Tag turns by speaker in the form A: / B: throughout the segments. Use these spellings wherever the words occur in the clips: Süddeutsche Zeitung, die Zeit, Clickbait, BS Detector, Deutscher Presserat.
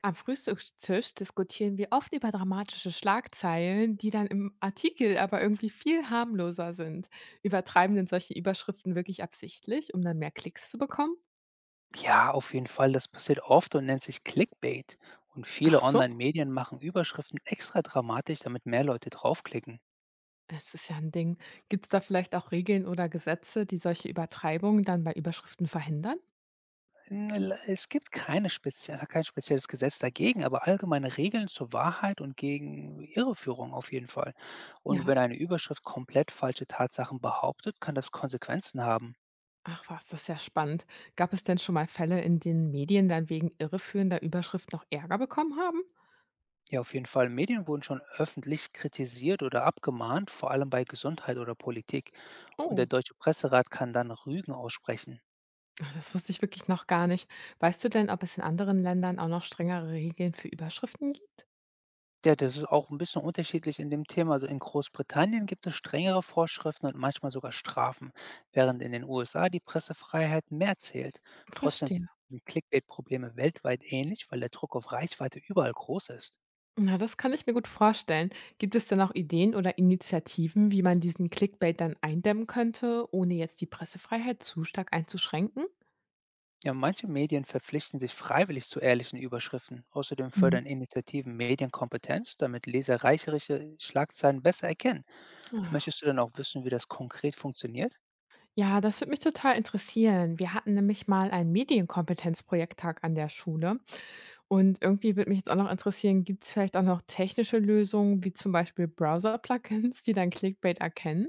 A: Am Frühstückstisch diskutieren wir oft über dramatische Schlagzeilen, die dann im Artikel aber irgendwie viel harmloser sind. Übertreiben denn solche Überschriften wirklich absichtlich, um dann mehr Klicks zu bekommen?
B: Ja, auf jeden Fall. Das passiert oft und nennt sich Clickbait. Und viele
A: Ach so,
B: Online-Medien machen Überschriften extra dramatisch, damit mehr Leute draufklicken.
A: es ist ja ein Ding. Gibt es da vielleicht auch Regeln oder Gesetze, die solche Übertreibungen dann bei Überschriften verhindern?
B: Es gibt kein spezielles Gesetz dagegen, aber allgemeine Regeln zur Wahrheit und gegen Irreführung auf jeden Fall. Und
A: Ja.
B: wenn eine Überschrift komplett falsche Tatsachen behauptet, kann das Konsequenzen haben.
A: Ach was, das ist ja spannend. Gab es denn schon mal Fälle, in denen Medien dann wegen irreführender Überschrift noch Ärger bekommen haben?
B: Ja, auf jeden Fall. Medien wurden schon öffentlich kritisiert oder abgemahnt, vor allem bei Gesundheit oder Politik. Und der
A: Oh.
B: Deutsche Presserat kann dann Rügen aussprechen.
A: Ach, das wusste ich wirklich noch gar nicht. Weißt du denn, ob es in anderen Ländern auch noch strengere Regeln für Überschriften gibt?
B: Ja, das ist auch ein bisschen unterschiedlich in dem Thema. Also, in Großbritannien gibt es strengere Vorschriften und manchmal sogar Strafen, während in den USA die Pressefreiheit mehr zählt. Trotzdem sind
A: Verstehe.
B: die Clickbait-Probleme weltweit ähnlich, weil der Druck auf Reichweite überall groß ist.
A: Na, das kann ich mir gut vorstellen. Gibt es denn auch Ideen oder Initiativen, wie man diesen Clickbait dann eindämmen könnte, ohne jetzt die Pressefreiheit zu stark einzuschränken?
B: Ja, manche Medien verpflichten sich freiwillig zu ehrlichen Überschriften. Außerdem
A: Mhm.
B: fördern Initiativen Medienkompetenz, damit Leser reichliche Schlagzeilen besser erkennen.
A: Ah.
B: Möchtest du dann auch wissen, wie das konkret funktioniert?
A: Ja, das würde mich total interessieren. Wir hatten nämlich mal einen Medienkompetenzprojekttag an der Schule. Und irgendwie würde mich jetzt auch noch interessieren, gibt es vielleicht auch noch technische Lösungen, wie zum Beispiel Browser-Plugins, die dann Clickbait erkennen?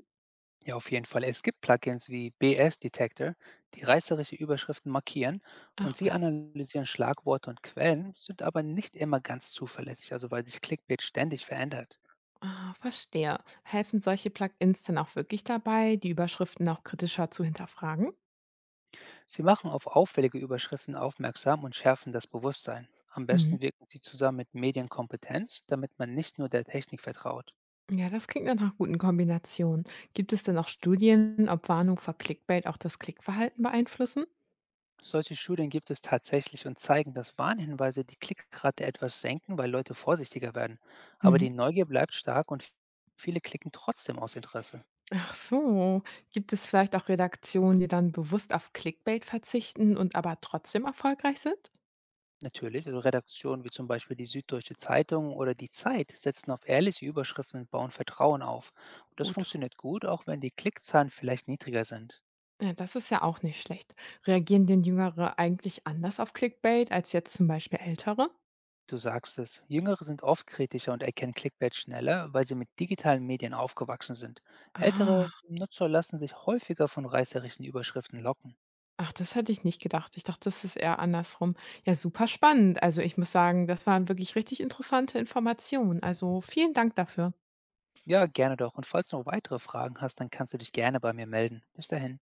B: Ja, auf jeden Fall. Es gibt Plugins wie BS Detector, die reißerische Überschriften markieren und
A: Ach
B: sie
A: was.
B: analysieren Schlagworte und Quellen, sind aber nicht immer ganz zuverlässig, also weil sich Clickbait ständig verändert.
A: Ah, verstehe. Helfen solche Plugins denn auch wirklich dabei, die Überschriften auch kritischer zu hinterfragen?
B: Sie machen auf auffällige Überschriften aufmerksam und schärfen das Bewusstsein. Am
A: Mhm.
B: besten wirken sie zusammen mit Medienkompetenz, damit man nicht nur der Technik vertraut.
A: Ja, das klingt dann nach einer guten Kombinationen. Gibt es denn auch Studien, ob Warnung vor Clickbait auch das Klickverhalten beeinflussen?
B: Solche Studien gibt es tatsächlich und zeigen, dass Warnhinweise die Klickrate etwas senken, weil Leute vorsichtiger werden. Aber
A: Mhm.
B: die Neugier bleibt stark und viele klicken trotzdem aus Interesse.
A: Ach so. Gibt es vielleicht auch Redaktionen, die dann bewusst auf Clickbait verzichten und aber trotzdem erfolgreich sind?
B: Natürlich, also Redaktionen wie zum Beispiel die Süddeutsche Zeitung oder die Zeit setzen auf ehrliche Überschriften und bauen Vertrauen auf. Und das
A: Gut.
B: funktioniert gut, auch wenn die Klickzahlen vielleicht niedriger sind.
A: Ja, das ist ja auch nicht schlecht. Reagieren denn Jüngere eigentlich anders auf Clickbait als jetzt zum Beispiel Ältere?
B: Du sagst es, Jüngere sind oft kritischer und erkennen Clickbait schneller, weil sie mit digitalen Medien aufgewachsen sind. Ältere
A: Ah.
B: Nutzer lassen sich häufiger von reißerischen Überschriften locken.
A: Ach, das hätte ich nicht gedacht. Ich dachte, das ist eher andersrum. Ja, super spannend. Also, ich muss sagen, das waren wirklich richtig interessante Informationen. Also, vielen Dank dafür.
B: Ja, gerne doch. Und falls du noch weitere Fragen hast, dann kannst du dich gerne bei mir melden. Bis dahin.